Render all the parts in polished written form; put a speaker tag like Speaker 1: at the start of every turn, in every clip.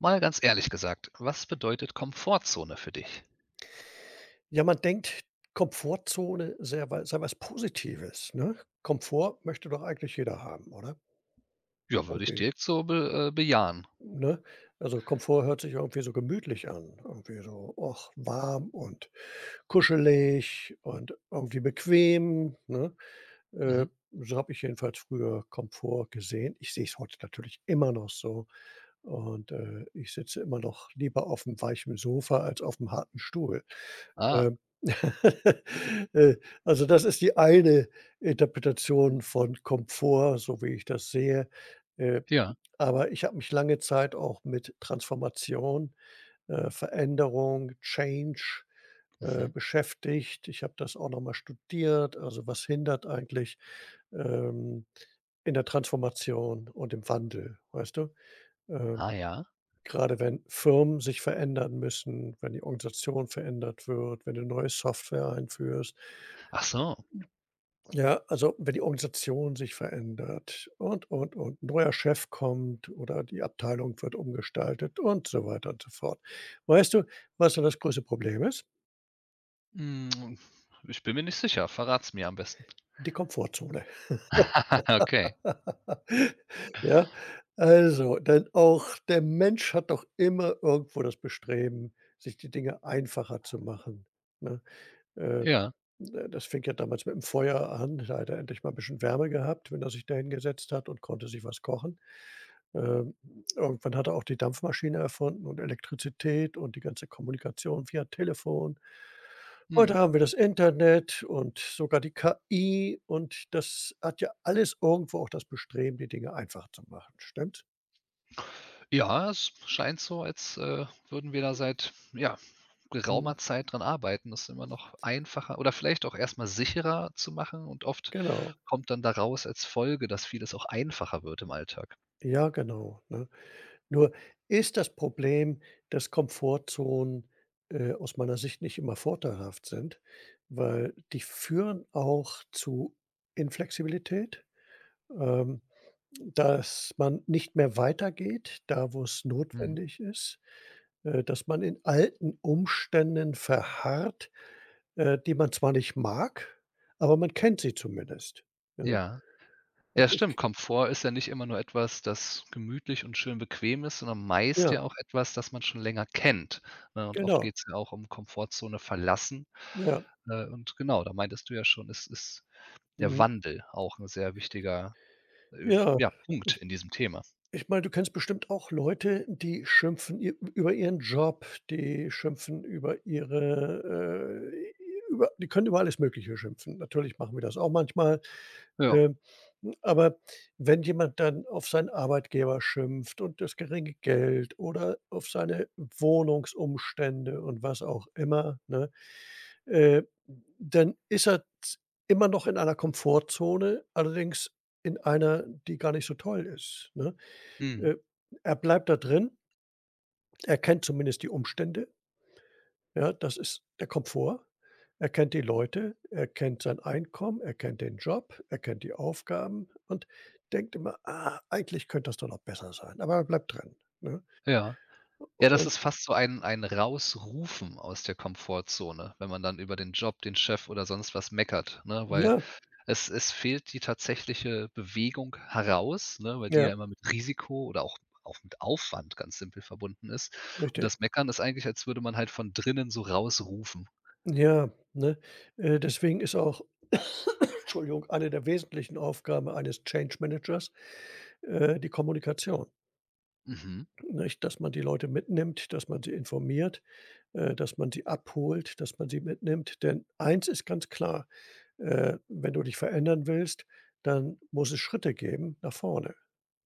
Speaker 1: Mal ganz ehrlich gesagt, was bedeutet Komfortzone für dich?
Speaker 2: Ja, man denkt, Komfortzone sehr wei sei was Positives, ne? Komfort möchte doch eigentlich jeder haben, oder?
Speaker 1: Ja, würde ich
Speaker 2: Irgendwie,
Speaker 1: direkt so be bejahen.
Speaker 2: ne? Also, Komfort hört sich irgendwie so gemütlich an, irgendwie so, och, warm und kuschelig und irgendwie bequem, ne? Äh,
Speaker 1: Mhm.
Speaker 2: so habe ich jedenfalls früher Komfort gesehen. Ich sehe es heute natürlich immer noch so und, ich sitze immer noch lieber auf'm weichen Sofa als auf'm harten Stuhl.
Speaker 1: Ah,
Speaker 2: Ähm, äh, also, das ist die eine Interpretation von Komfort, so wie ich das sehe. Äh,
Speaker 1: ja.
Speaker 2: aber ich habe mich lange Zeit auch mit Transformation, Veränderung, Change,
Speaker 1: Mhm.
Speaker 2: beschäftigt. Ich habe das auch nochmal studiert. Also, was hindert eigentlich, ähm, in der Transformation und im Wandel, weißt du? Ähm
Speaker 1: Ah ja.
Speaker 2: Gerade wenn Firmen sich verändern müssen, wenn die Organisation verändert wird, wenn du neue Software einführst.
Speaker 1: Ach so.
Speaker 2: Ja, also wenn die Organisation sich verändert und ein neuer Chef kommt oder die Abteilung wird umgestaltet und so weiter und so fort. Weißt du, was so das größte Problem ist?
Speaker 1: Hm, ich bin mir nicht sicher. Verrat's mir am besten.
Speaker 2: Die Komfortzone.
Speaker 1: Okay.
Speaker 2: Ja, also, denn auch der Mensch hat doch immer irgendwo das Bestreben, sich die Dinge einfacher zu machen, ne? Äh
Speaker 1: Ja.
Speaker 2: Das fing ja damals mit dem Feuer an. Da hat er endlich mal 'n bisschen Wärme gehabt, wenn er sich da hingesetzt hat und konnte sich was kochen. Ähm, Irgendwann hat er auch die Dampfmaschine erfunden und Elektrizität und die ganze Kommunikation via Telefon. Heute
Speaker 1: Mhm.
Speaker 2: haben wir das Internet und sogar die KI, und das hat ja alles irgendwo auch das Bestreben, die Dinge einfach zu machen. Stimmt?
Speaker 1: Ja, es scheint so, als, würden wir da seit, ja,
Speaker 2: Mhm,
Speaker 1: geraumer Zeit dran arbeiten, das immer noch einfacher oder vielleicht auch erstmal sicherer zu machen, und oft
Speaker 2: genau.
Speaker 1: kommt dann daraus als Folge, dass vieles auch einfacher wird im Alltag.
Speaker 2: Ja, genau, ne? Nur ist das Problem, dass Komfortzonen, aus meiner Sicht nicht immer vorteilhaft sind, weil die führen auch zu Inflexibilität, ähm, dass man nicht mehr weitergeht, da wo es
Speaker 1: Mhm.
Speaker 2: notwendig ist, dass man in alten Umständen verharrt, die man zwar nicht mag, aber man kennt sie zumindest, ja?
Speaker 1: Ja. Ja,
Speaker 2: Das ist
Speaker 1: stimmt. Komfort ist ja nicht immer nur etwas, das gemütlich und schön bequem ist, sondern meist
Speaker 2: ja,
Speaker 1: ja auch etwas, das man schon länger kennt, ne? Und oft
Speaker 2: genau.
Speaker 1: geht's ja auch um Komfortzone verlassen.
Speaker 2: Ja,
Speaker 1: Und genau, da meintest du ja schon, es ist der
Speaker 2: mhm.
Speaker 1: Wandel auch ein sehr wichtiger,
Speaker 2: Ja.
Speaker 1: ja, Punkt in diesem Thema.
Speaker 2: Ich meine, du kennst bestimmt auch Leute, die schimpfen i über ihren Job, die schimpfen über ihre, über die können über alles Mögliche schimpfen. Natürlich machen wir das auch manchmal,
Speaker 1: Ja.
Speaker 2: ähm, aber wenn jemand dann auf seinen Arbeitgeber schimpft und das geringe Geld oder auf seine Wohnungsumstände und was auch immer, ne, äh, dann ist er z immer noch in einer Komfortzone, allerdings in einer, die gar nicht so toll ist, ne?
Speaker 1: Mhm.
Speaker 2: Äh, Er bleibt da drin, er kennt zumindest die Umstände, ja, das ist der Komfort. Er kennt die Leute, er kennt sein Einkommen, er kennt den Job, er kennt die Aufgaben und denkt immer: „Ah, eigentlich könnte das doch noch besser sein“, aber er bleibt drin, ne?
Speaker 1: Ja. Ja, das
Speaker 2: Und
Speaker 1: ist fast so ein Rausrufen aus der Komfortzone, wenn man dann über den Job, den Chef oder sonst was meckert, ne? Weil
Speaker 2: ja,
Speaker 1: es fehlt die tatsächliche Bewegung heraus, ne, weil die
Speaker 2: ja,
Speaker 1: ja immer mit Risiko oder auch mit Aufwand ganz simpel verbunden ist. Und
Speaker 2: richtig.
Speaker 1: das Meckern ist eigentlich, als würde man halt von drinnen so rausrufen.
Speaker 2: Ja, ne? Deswegen ist auch, Entschuldigung, eine der wesentlichen Aufgaben eines Change Managers, die Kommunikation,
Speaker 1: Mhm.
Speaker 2: nicht? Dass man die Leute mitnimmt, dass man sie informiert, dass man sie abholt, dass man sie mitnimmt. Denn eins ist ganz klar, wenn du dich verändern willst, dann muss es Schritte geben nach vorne,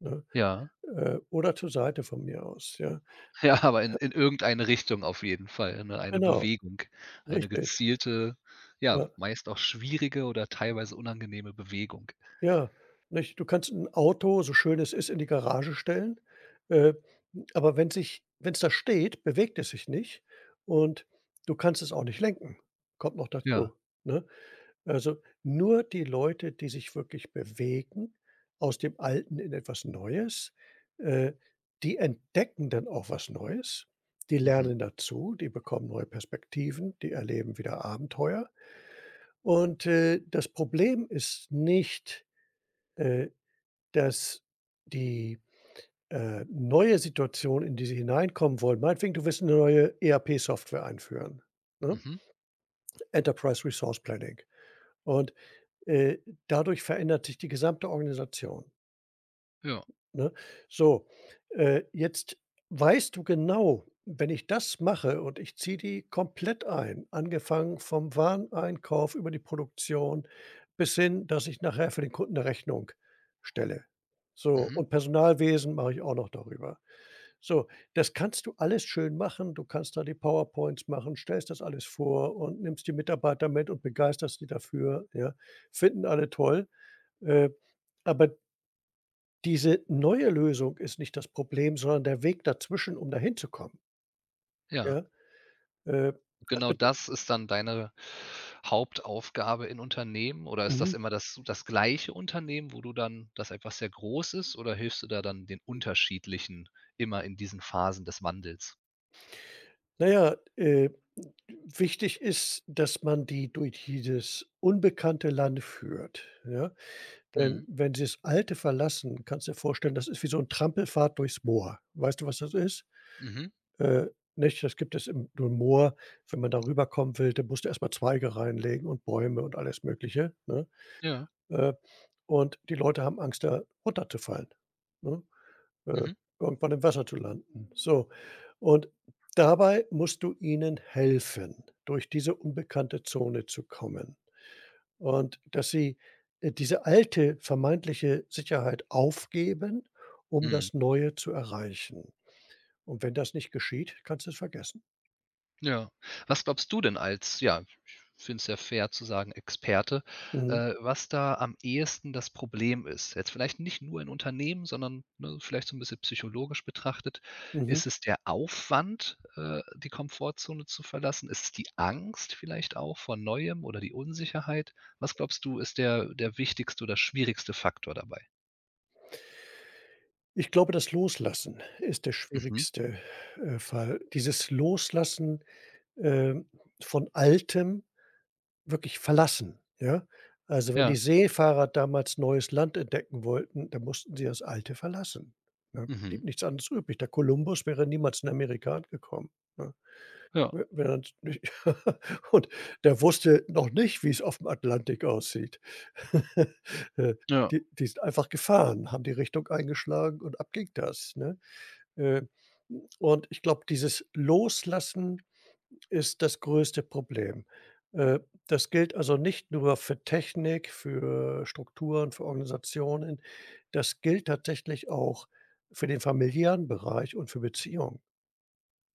Speaker 2: ne?
Speaker 1: Ja.
Speaker 2: Oder zur Seite von mir aus, ja.
Speaker 1: Ja, aber in irgendeine Richtung auf jeden Fall, ne? Eine
Speaker 2: Genau,
Speaker 1: Bewegung, eine
Speaker 2: richtig.
Speaker 1: gezielte, ja,
Speaker 2: Ja,
Speaker 1: meist auch schwierige oder teilweise unangenehme Bewegung.
Speaker 2: ja, nicht? Du kannst ein Auto, so schön es ist, in die Garage stellen, äh, aber wenn es da steht, bewegt es sich nicht, und du kannst es auch nicht lenken. Kommt noch
Speaker 1: Ja.
Speaker 2: dazu, ne? Also, nur die Leute, die sich wirklich bewegen aus dem Alten in etwas Neues, äh, die entdecken dann auch was Neues. Die
Speaker 1: Mhm.
Speaker 2: lernen dazu, die bekommen neue Perspektiven, die erleben wieder Abenteuer. Und, das Problem ist nicht, äh, dass die, neue Situation, in die sie hineinkommen wollen meinetwegen, du willst eine neue ERP-Software einführen, ne?
Speaker 1: Mhm.
Speaker 2: Enterprise Resource Planning. Und Äh, dadurch verändert sich die gesamte Organisation,
Speaker 1: Ja.
Speaker 2: ne? So, jetzt weißt du genau, wenn ich das mache und ich ziehe die komplett ein, angefangen vom Wareneinkauf über die Produktion bis hin, dass ich nachher für den Kunden 'ne Rechnung stelle. So,
Speaker 1: Mhm.
Speaker 2: und Personalwesen mache ich auch noch darüber. So, das kannst du alles schön machen. Du kannst da die PowerPoints machen, stellst das alles vor und nimmst die Mitarbeiter mit und begeisterst die dafür, ja? Finden alle toll. Äh aber diese neue Lösung ist nicht das Problem, sondern der Weg dazwischen, um dahin zu kommen, ja?
Speaker 1: Ja.
Speaker 2: Äh, das
Speaker 1: Genau
Speaker 2: bede
Speaker 1: das ist dann deine Hauptaufgabe in Unternehmen, oder ist das
Speaker 2: Mhm.
Speaker 1: immer das gleiche Unternehmen, wo du dann das etwas sehr groß ist, oder hilfst du da dann den unterschiedlichen immer in diesen Phasen des Wandels?
Speaker 2: Na ja, wichtig ist, dass man die durch dieses unbekannte Land führt, ja? Denn
Speaker 1: Mhm,
Speaker 2: wenn sie das Alte verlassen, kannst du dir vorstellen, das ist wie so ein Trampelpfad durchs Moor. Weißt du, was das ist?
Speaker 1: mhm,
Speaker 2: Äh, Nicht? Das gibt es im nur im Moor. Wenn man da rüberkommen will, dann musst du erst mal Zweige reinlegen und Bäume und alles Mögliche, ne?
Speaker 1: ja,
Speaker 2: Äh, und die Leute haben Angst, da runterzufallen, ne? Äh,
Speaker 1: mhm,
Speaker 2: Irgendwann im Wasser zu landen. So, und dabei musst du ihnen helfen, durch diese unbekannte Zone zu kommen. Und dass sie, diese alte vermeintliche Sicherheit aufgeben, um
Speaker 1: mhm.
Speaker 2: das Neue zu erreichen. Und wenn das nicht geschieht, kannst du es vergessen.
Speaker 1: Ja. Was glaubst du denn als, ja, ich finde es ja fair zu sagen, Experte,
Speaker 2: Mhm,
Speaker 1: was da am ehesten das Problem ist? Jetzt vielleicht nicht nur in Unternehmen, sondern ne, vielleicht so ein bisschen psychologisch betrachtet.
Speaker 2: mhm.
Speaker 1: Ist es der Aufwand, die Komfortzone zu verlassen? Ist es die Angst vielleicht auch vor Neuem oder die Unsicherheit? Was glaubst du, ist der wichtigste oder schwierigste Faktor dabei?
Speaker 2: Ich glaube, das Loslassen ist der
Speaker 1: Mhm.
Speaker 2: schwierigste, Fall. Dieses Loslassen ähm, von Altem wirklich verlassen, ja? Also, wenn
Speaker 1: Ja.
Speaker 2: die Seefahrer damals neues Land entdecken wollten, dann mussten sie das Alte verlassen, ne? Blieb
Speaker 1: Mhm.
Speaker 2: nichts anderes übrig. Der Kolumbus wäre niemals in Amerika angekommen, ne?
Speaker 1: Ja.
Speaker 2: We wenn er nicht und der wusste noch nicht, wie's aufm Atlantik aussieht. Äh,
Speaker 1: Ja.
Speaker 2: die sind einfach gefahren, haben die Richtung eingeschlagen und ab ging das, ne? Äh, und ich glaube, dieses Loslassen ist das größte Problem. Äh, Das gilt also nicht nur für Technik, für Strukturen, für Organisationen. Das gilt tatsächlich auch für den familiären Bereich und für Beziehungen,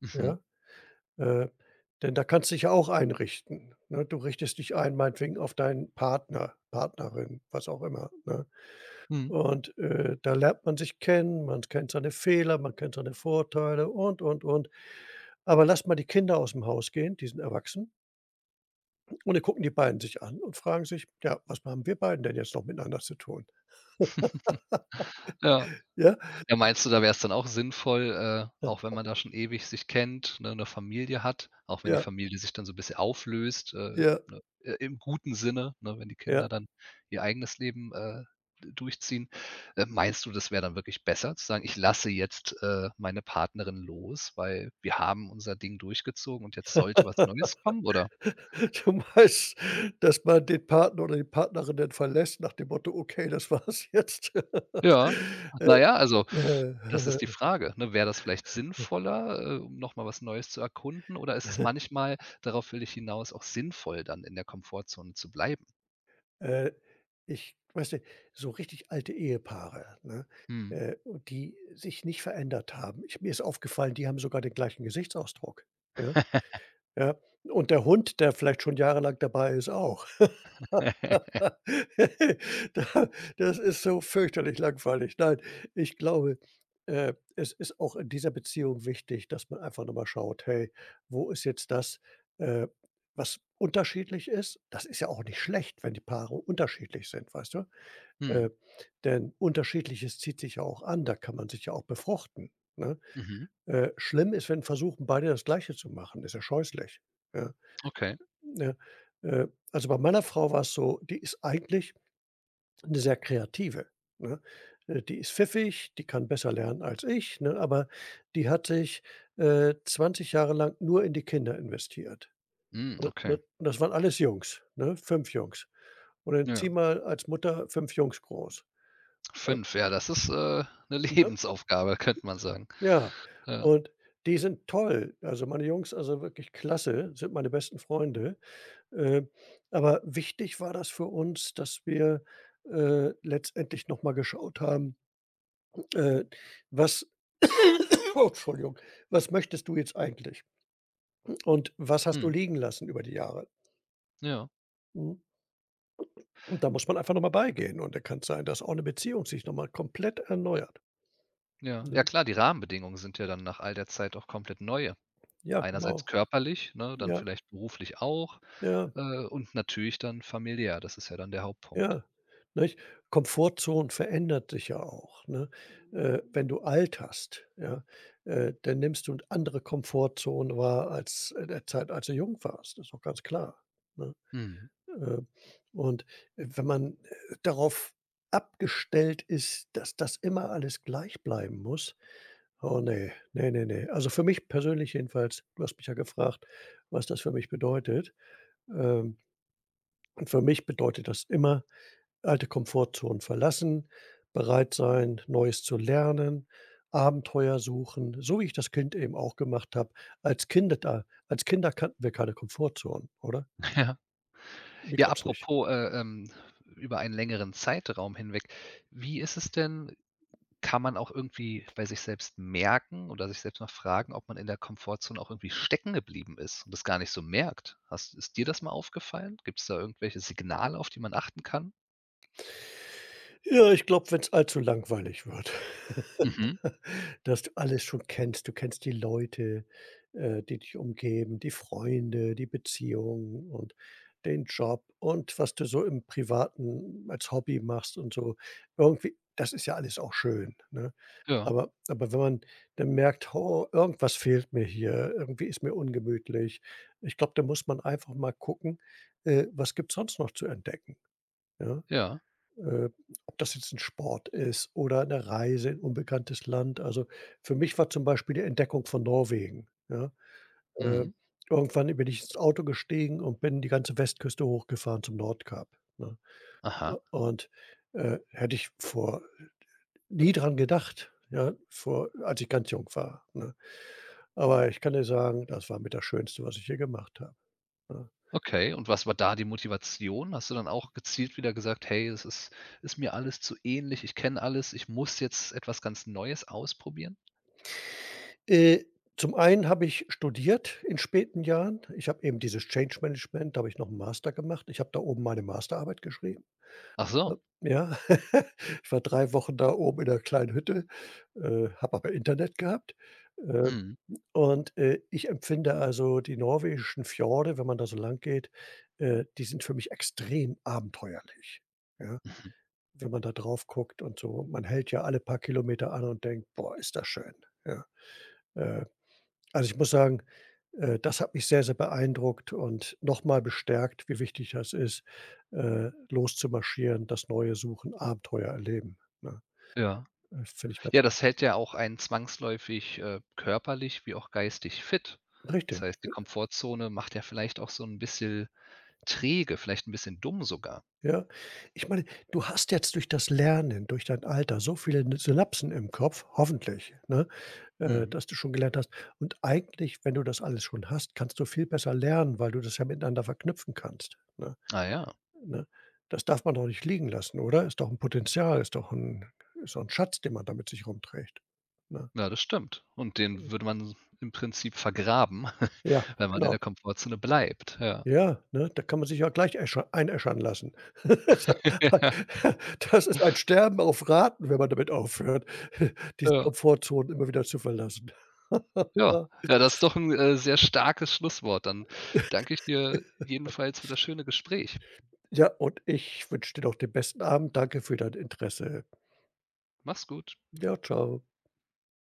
Speaker 1: Mhm.
Speaker 2: ja? Äh, Denn da kannst du dich ja auch einrichten, ne? Du richtest dich ein, meinetwegen auf deinen Partner, Partnerin, was auch immer, ne?
Speaker 1: Mhm.
Speaker 2: Und, da lernt man sich kennen, man kennt seine Fehler, man kennt seine Vorteile und, und. Aber lass mal die Kinder aus dem Haus gehen, die sind erwachsen. Und dann gucken die beiden sich an und fragen sich: „Ja, was haben wir beiden denn jetzt noch miteinander zu tun?“
Speaker 1: Ja.
Speaker 2: Ja,
Speaker 1: Ja, meinst du, da wäre es dann auch sinnvoll, auch wenn man da schon ewig sich kennt, ne, 'ne Familie hat, auch wenn die
Speaker 2: ja,
Speaker 1: Familie sich dann so 'n bisschen auflöst,
Speaker 2: ja,
Speaker 1: ne, im guten Sinne, ne, wenn die
Speaker 2: ja.
Speaker 1: Kinder dann ihr eigenes Leben, d durchziehen. Meinst du, das wäre dann wirklich besser zu sagen: „Ich lasse jetzt, meine Partnerin los, weil wir haben unser Ding durchgezogen und jetzt sollte was Neues kommen“, oder?
Speaker 2: Du meinst, dass man den Partner oder die Partnerin dann verlässt nach dem Motto: „Okay, das war's jetzt.“
Speaker 1: Ja. Na ja, also,
Speaker 2: Äh,
Speaker 1: das
Speaker 2: äh,
Speaker 1: ist die Frage, ne? Wäre das vielleicht sinnvoller, um noch mal was Neues zu erkunden, oder ist es manchmal, darauf will ich hinaus, auch sinnvoll, dann in der Komfortzone zu bleiben?
Speaker 2: äh, ich weißt du, so richtig alte Ehepaare, ne,
Speaker 1: Mhm.
Speaker 2: und die sich nicht verändert haben. Ich mir ist aufgefallen, die haben sogar den gleichen Gesichtsausdruck, ja, ja, und der Hund, der vielleicht schon jahrelang dabei ist, auch. Da das ist so fürchterlich langweilig. Nein, ich glaube, es ist auch in dieser Beziehung wichtig, dass man einfach noch mal schaut: „Hey, wo ist jetzt das, äh, was unterschiedlich ist?“ Das ist ja auch nicht schlecht, wenn die Paare unterschiedlich sind, weißt du? Äh,
Speaker 1: Mhm.
Speaker 2: Denn Unterschiedliches zieht sich ja auch an, da kann man sich ja auch befruchten, ne?
Speaker 1: Mhm.
Speaker 2: Schlimm ist, wenn versuchen, beide das Gleiche zu machen, ist ja scheußlich, ja,
Speaker 1: Okay.
Speaker 2: ne? Also, bei meiner Frau war es so, die ist eigentlich 'ne sehr kreative, ne? Die ist pfiffig, die kann besser lernen als ich, ne, aber die hat sich, 20 Jahre lang nur in die Kinder investiert.
Speaker 1: Mhm,
Speaker 2: Ne, ne,
Speaker 1: okay.
Speaker 2: und das waren alles Jungs, ne? 5 Jungs. Und dann
Speaker 1: Ja, ja.
Speaker 2: zieh mal als Mutter 5 Jungs groß. Äh,
Speaker 1: 5, ja, das ist, 'ne
Speaker 2: ne?
Speaker 1: Lebensaufgabe, könnte man sagen.
Speaker 2: Ja,
Speaker 1: Ja.
Speaker 2: und die sind toll. Also, meine Jungs, also wirklich klasse, sind meine besten Freunde. Äh, aber wichtig war das für uns, dass wir, letztendlich noch mal geschaut haben, äh, was Oh, Entschuldigung. Was möchtest du jetzt eigentlich? Und was hast du
Speaker 1: Mhm.
Speaker 2: liegen lassen über die Jahre?
Speaker 1: Ja,
Speaker 2: Mhm. Und da muss man einfach nochmal beigehen, und da kann's sein, dass auch eine Beziehung sich nochmal komplett erneuert,
Speaker 1: ja.
Speaker 2: ne?
Speaker 1: Ja klar, die Rahmenbedingungen sind ja dann nach all der Zeit auch komplett neu.
Speaker 2: Ja,
Speaker 1: Einerseits
Speaker 2: genau.
Speaker 1: körperlich, ne, dann
Speaker 2: Ja,
Speaker 1: vielleicht beruflich auch,
Speaker 2: ja,
Speaker 1: und natürlich dann familiär. Das ist ja dann der Hauptpunkt.
Speaker 2: ja, nicht? Komfortzone verändert sich ja auch, ne? Mhm. Wenn du alterst, ja, dann nimmst du eine andere Komfortzone wahr als in der Zeit, als du jung warst. Das ist doch ganz klar, ne?
Speaker 1: Mhm.
Speaker 2: Äh, und wenn man, darauf abgestellt ist, dass das immer alles gleich bleiben muss, oh nee, nee, nee, ne. Also, für mich persönlich jedenfalls, du hast mich ja gefragt, was das für mich bedeutet. Ähm, und für mich bedeutet das immer alte Komfortzonen verlassen, bereit sein, Neues zu lernen, Abenteuer suchen, so wie ich das Kind eben auch gemacht habe. Als Kinder kannten wir keine Komfortzonen, oder?
Speaker 1: Ja.
Speaker 2: Die
Speaker 1: Ja,
Speaker 2: gab's nicht.
Speaker 1: apropos, über einen längeren Zeitraum hinweg. Wie ist es denn, kann man auch irgendwie bei sich selbst merken oder sich selbst mal fragen, ob man in der Komfortzone auch irgendwie stecken geblieben ist und das gar nicht so merkt? Hast Ist dir das mal aufgefallen? Gibt es da irgendwelche Signale, auf die man achten kann?
Speaker 2: Ja, ich glaube, wenn es allzu langweilig wird,
Speaker 1: Mhm.
Speaker 2: dass du alles schon kennst. Du kennst die Leute, die dich umgeben, die Freunde, die Beziehungen und den Job und was du so im Privaten als Hobby machst und so. Irgendwie das ist ja alles auch schön, ne?
Speaker 1: Ja,
Speaker 2: Aber wenn man dann merkt: „Oh, irgendwas fehlt mir hier, irgendwie ist mir ungemütlich.“ Ich glaube, da muss man einfach mal gucken, was gibt's sonst noch zu entdecken, ja?
Speaker 1: ja.
Speaker 2: Äh, Ob das jetzt ein Sport ist oder eine Reise in unbekanntes Land. Also, für mich war zum Beispiel die Entdeckung von Norwegen, ja? Äh,
Speaker 1: Mhm.
Speaker 2: Irgendwann bin ich ins Auto gestiegen und bin die ganze Westküste hochgefahren zum Nordkap, ne?
Speaker 1: Aha.
Speaker 2: Und, hätte ich vor nie dran gedacht, ja, vor als ich ganz jung war, ne? Aber ich kann dir sagen, das war mit das Schönste, was ich hier gemacht habe, ne?
Speaker 1: Okay, und was war da die Motivation? Hast du dann auch gezielt wieder gesagt: „Hey, es ist ist mir alles zu ähnlich, ich kenne alles, ich muss jetzt etwas ganz Neues ausprobieren?“
Speaker 2: Äh, Zum einen habe ich studiert in späten Jahren. Ich habe eben dieses Change Management, da habe ich noch einen Master gemacht. Ich habe da oben meine Masterarbeit geschrieben,
Speaker 1: Ach so.
Speaker 2: ne? Ja. Ich war 3 Wochen da oben in 'ner kleinen Hütte, habe aber Internet gehabt. Äh,
Speaker 1: Mhm.
Speaker 2: und, ich empfinde also die norwegischen Fjorde, wenn man da so lang geht, die sind für mich extrem abenteuerlich, ja? Wenn man da drauf guckt und so. Man hält ja alle paar Kilometer an und denkt: „Boah, ist das schön“, ja? Äh also, ich muss sagen, das hat mich sehr, sehr beeindruckt und nochmal bestärkt, wie wichtig das ist, loszumarschieren, das Neue suchen, Abenteuer erleben, ne?
Speaker 1: Ja.
Speaker 2: Finde ich ganz
Speaker 1: Ja, das hält ja auch einen zwangsläufig, körperlich wie auch geistig fit. Das
Speaker 2: richtig,
Speaker 1: heißt, die Komfortzone macht ja vielleicht auch so ein bisschen träge, vielleicht ein bisschen dumm sogar.
Speaker 2: ja. Ich meine, du hast jetzt durch das Lernen, durch dein Alter so viele n Synapsen im Kopf, hoffentlich, ne,
Speaker 1: Mhm.
Speaker 2: dass du schon gelernt hast. Und eigentlich, wenn du das alles schon hast, kannst du viel besser lernen, weil du das ja miteinander verknüpfen kannst, ne?
Speaker 1: Ah ja.
Speaker 2: Ne? Das darf man doch nicht liegen lassen, oder? Ist doch 'n Potenzial, ist doch 'n Schatz, den man da mit sich rumträgt, ne?
Speaker 1: Ja, das stimmt. Und den würde man im Prinzip vergraben,
Speaker 2: Ja,
Speaker 1: wenn man in
Speaker 2: genau.
Speaker 1: der Komfortzone bleibt, ja.
Speaker 2: Ja, ne, da kann man sich ja gleich äscher einäschern lassen.
Speaker 1: Ja,
Speaker 2: Das ist ein Sterben auf Raten, wenn man damit aufhört, diese
Speaker 1: ja.
Speaker 2: Komfortzone immer wieder zu verlassen.
Speaker 1: Ja, ja, das ist doch 'n, sehr starkes Schlusswort. Dann danke ich dir jedenfalls für das schöne Gespräch.
Speaker 2: Ja, und ich wünsche dir noch den besten Abend. Danke für dein Interesse.
Speaker 1: Mach's gut.
Speaker 2: Ja, tschau.